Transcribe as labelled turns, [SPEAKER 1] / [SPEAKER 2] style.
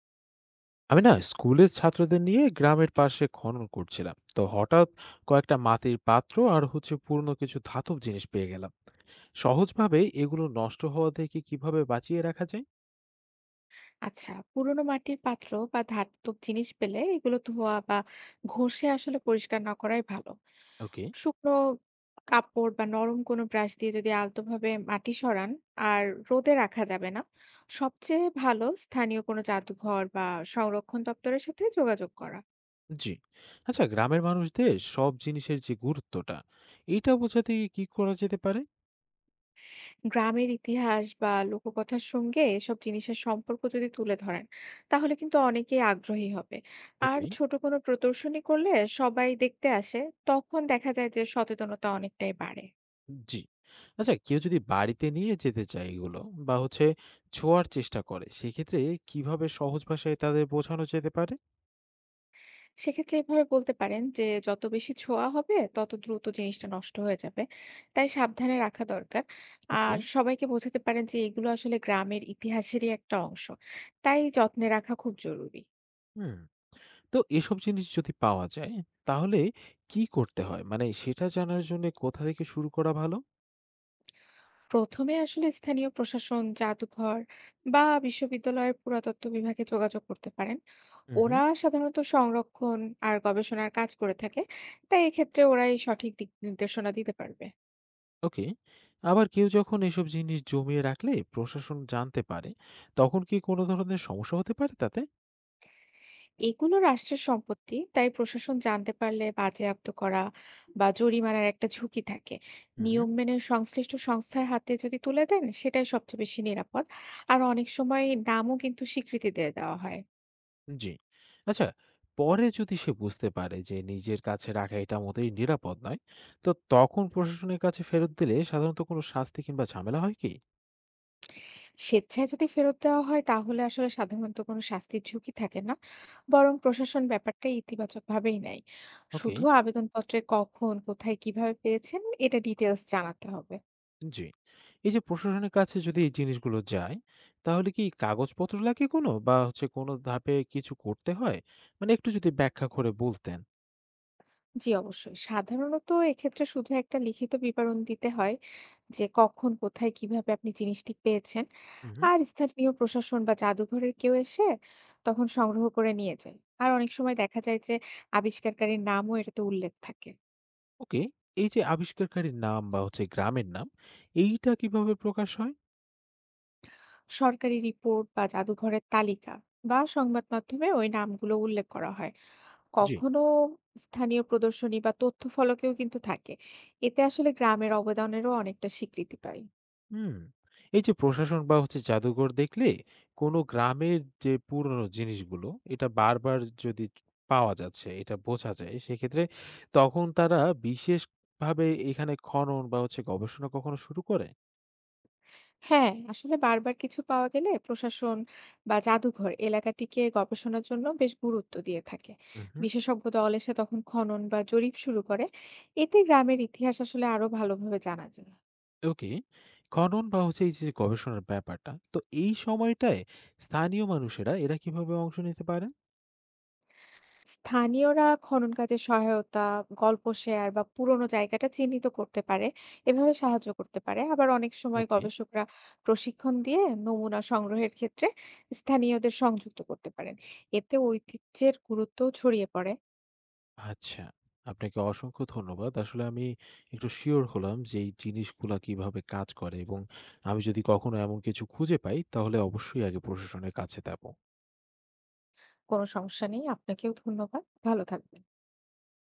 [SPEAKER 1] আমি না স্কুলের ছাত্রদের নিয়ে গ্রামের পাশে খনন করছিলাম তো হঠাৎ কয়েকটা মাটির পাত্র আর পুরনো কিছু ধাতব জিনিস পেয়ে গেলাম। সহজভাবে এগুলো নষ্ট হওয়া থেকে কিভাবে বাঁচিয়ে রাখা যায়?
[SPEAKER 2] আচ্ছা, পুরোনো মাটির পাত্র বা ধাতব জিনিস পেলে এগুলো ধোয়া বা ঘষে আসলে পরিষ্কার না করাই ভালো।
[SPEAKER 1] ওকে।
[SPEAKER 2] শুকনো কাপড় বা নরম কোনো ব্রাশ দিয়ে যদি আলতোভাবে মাটি সরান, আর রোদে রাখা যাবে না। সবচেয়ে ভালো স্থানীয় কোনো জাদুঘর বা সংরক্ষণ দপ্তরের সাথে যোগাযোগ করা।
[SPEAKER 1] জি, আচ্ছা, গ্রামের মানুষদের সব জিনিসের যে গুরুত্বটা এটা বোঝাতে কি করা যেতে পারে?
[SPEAKER 2] গ্রামের ইতিহাস বা লোককথার সঙ্গে এসব জিনিসের সম্পর্ক যদি তুলে ধরেন, তাহলে কিন্তু অনেকেই আগ্রহী হবে। আর
[SPEAKER 1] ওকে।
[SPEAKER 2] ছোট কোনো প্রদর্শনী করলে সবাই দেখতে আসে, তখন দেখা যায় যে সচেতনতা অনেকটাই বাড়ে।
[SPEAKER 1] জি, আচ্ছা, কেউ যদি বাড়িতে নিয়ে যেতে চায় এগুলো, বা ছোঁয়ার চেষ্টা করে সেক্ষেত্রে কিভাবে সহজ ভাষায় তাদের বোঝানো যেতে পারে?
[SPEAKER 2] সেক্ষেত্রে এভাবে বলতে পারেন যে, যত বেশি ছোঁয়া হবে তত দ্রুত জিনিসটা নষ্ট হয়ে যাবে, তাই সাবধানে রাখা দরকার।
[SPEAKER 1] ওকে।
[SPEAKER 2] আর সবাইকে বোঝাতে পারেন যে এগুলো আসলে গ্রামের ইতিহাসেরই একটা অংশ, তাই যত্নে রাখা খুব জরুরি।
[SPEAKER 1] হুম। তো এসব জিনিস যদি পাওয়া যায় তাহলে কি করতে হয়? মানে সেটা জানার জন্যে কোথা থেকে শুরু করা ভালো?
[SPEAKER 2] প্রথমে আসলে স্থানীয় প্রশাসন, জাদুঘর বা বিশ্ববিদ্যালয়ের পুরাতত্ত্ব বিভাগে যোগাযোগ করতে পারেন।
[SPEAKER 1] হুম, হুম।
[SPEAKER 2] ওরা সাধারণত সংরক্ষণ আর গবেষণার কাজ করে থাকে। তাই এক্ষেত্রে ওরাই সঠিক দিক নির্দেশনা দিতে পারবে।
[SPEAKER 1] ওকে। আবার কেউ যখন এসব জিনিস জমিয়ে রাখলে প্রশাসন জানতে পারে, তখন কি কোনো ধরনের সমস্যা হতে পারে তাতে?
[SPEAKER 2] এগুলো রাষ্ট্রের সম্পত্তি, তাই প্রশাসন জানতে পারলে বাজেয়াপ্ত করা বা জরিমানার একটা ঝুঁকি থাকে।
[SPEAKER 1] হুম, হুম।
[SPEAKER 2] নিয়ম মেনে সংশ্লিষ্ট সংস্থার হাতে যদি তুলে দেন, সেটাই সবচেয়ে বেশি নিরাপদ। আর অনেক সময় নামও কিন্তু স্বীকৃতি দিয়ে দেওয়া হয়।
[SPEAKER 1] জি। আচ্ছা, পরে যদি সে বুঝতে পারে যে নিজের কাছে রাখা এটা মোটেই নিরাপদ নয়, তো তখন প্রশাসনের কাছে ফেরত দিলে সাধারণত কোনো শাস্তি কিংবা ঝামেলা হয় কি?
[SPEAKER 2] স্বেচ্ছায় যদি ফেরত দেওয়া হয় তাহলে আসলে সাধারণত কোনো শাস্তির ঝুঁকি থাকে না, বরং প্রশাসন ব্যাপারটা ইতিবাচক ভাবেই নেয়।
[SPEAKER 1] ওকে।
[SPEAKER 2] শুধু আবেদনপত্রে কখন কোথায় কিভাবে পেয়েছেন এটা ডিটেলস জানাতে হবে।
[SPEAKER 1] জি। এই যে প্রশাসনের কাছে যদি এই জিনিসগুলো যায়, তাহলে কি কাগজপত্র লাগে কোনো? বা হচ্ছে কোনো ধাপে কিছু করতে হয়? মানে একটু যদি ব্যাখ্যা করে বলতেন।
[SPEAKER 2] জি অবশ্যই, সাধারণত এক্ষেত্রে শুধু একটা লিখিত বিবরণ দিতে হয় যে কখন কোথায় কিভাবে আপনি জিনিসটি পেয়েছেন।
[SPEAKER 1] উহু।
[SPEAKER 2] আর স্থানীয় প্রশাসন বা জাদুঘরের কেউ এসে তখন সংগ্রহ করে নিয়ে যায়, আর অনেক সময় দেখা যায় যে আবিষ্কারকারীর নামও এটাতে উল্লেখ থাকে।
[SPEAKER 1] ওকে, এই যে আবিষ্কারকারীর নাম বা গ্রামের নাম, এইটা কিভাবে প্রকাশ হয়?
[SPEAKER 2] সরকারি রিপোর্ট বা জাদুঘরের তালিকা বা সংবাদ মাধ্যমে ওই নামগুলো উল্লেখ করা হয়।
[SPEAKER 1] জি।
[SPEAKER 2] কখনো স্থানীয় প্রদর্শনী বা তথ্য ফলকেও কিন্তু থাকে। এতে আসলে গ্রামের অবদানেরও অনেকটা স্বীকৃতি পায়।
[SPEAKER 1] হুম। এই যে প্রশাসন বা জাদুঘর দেখলে কোনো গ্রামের যে পুরনো জিনিসগুলো এটা বারবার যদি পাওয়া যাচ্ছে এটা বোঝা যায় সেক্ষেত্রে তখন তারা বিশেষভাবে এখানে খনন বা গবেষণা কখনো শুরু করে?
[SPEAKER 2] হ্যাঁ, আসলে বারবার কিছু পাওয়া গেলে প্রশাসন বা জাদুঘর এলাকাটিকে গবেষণার জন্য বেশ গুরুত্ব দিয়ে থাকে।
[SPEAKER 1] হুম।
[SPEAKER 2] বিশেষজ্ঞ দল এসে তখন খনন বা জরিপ শুরু করে। এতে গ্রামের ইতিহাস আসলে আরো ভালোভাবে জানা যায়।
[SPEAKER 1] ওকে। খনন বা এই যে গবেষণার ব্যাপারটা তো এই সময়টায় স্থানীয় মানুষেরা এরা কিভাবে অংশ নিতে পারেন?
[SPEAKER 2] স্থানীয়রা খনন কাজে সহায়তা, গল্প শেয়ার বা পুরোনো জায়গাটা চিহ্নিত করতে পারে। এভাবে সাহায্য করতে পারে। আবার অনেক সময়
[SPEAKER 1] ওকে।
[SPEAKER 2] গবেষকরা প্রশিক্ষণ দিয়ে নমুনা সংগ্রহের ক্ষেত্রে স্থানীয়দের সংযুক্ত করতে পারেন। এতে ঐতিহ্যের গুরুত্বও ছড়িয়ে পড়ে।
[SPEAKER 1] আচ্ছা, আপনাকে অসংখ্য ধন্যবাদ। আসলে আমি একটু সিউর হলাম যে এই জিনিসগুলা কিভাবে কাজ করে, এবং আমি যদি কখনো এমন কিছু খুঁজে পাই তাহলে অবশ্যই আগে প্রশাসনের কাছে যাবো।
[SPEAKER 2] কোনো সমস্যা নেই। আপনাকেও ধন্যবাদ। ভালো থাকবেন।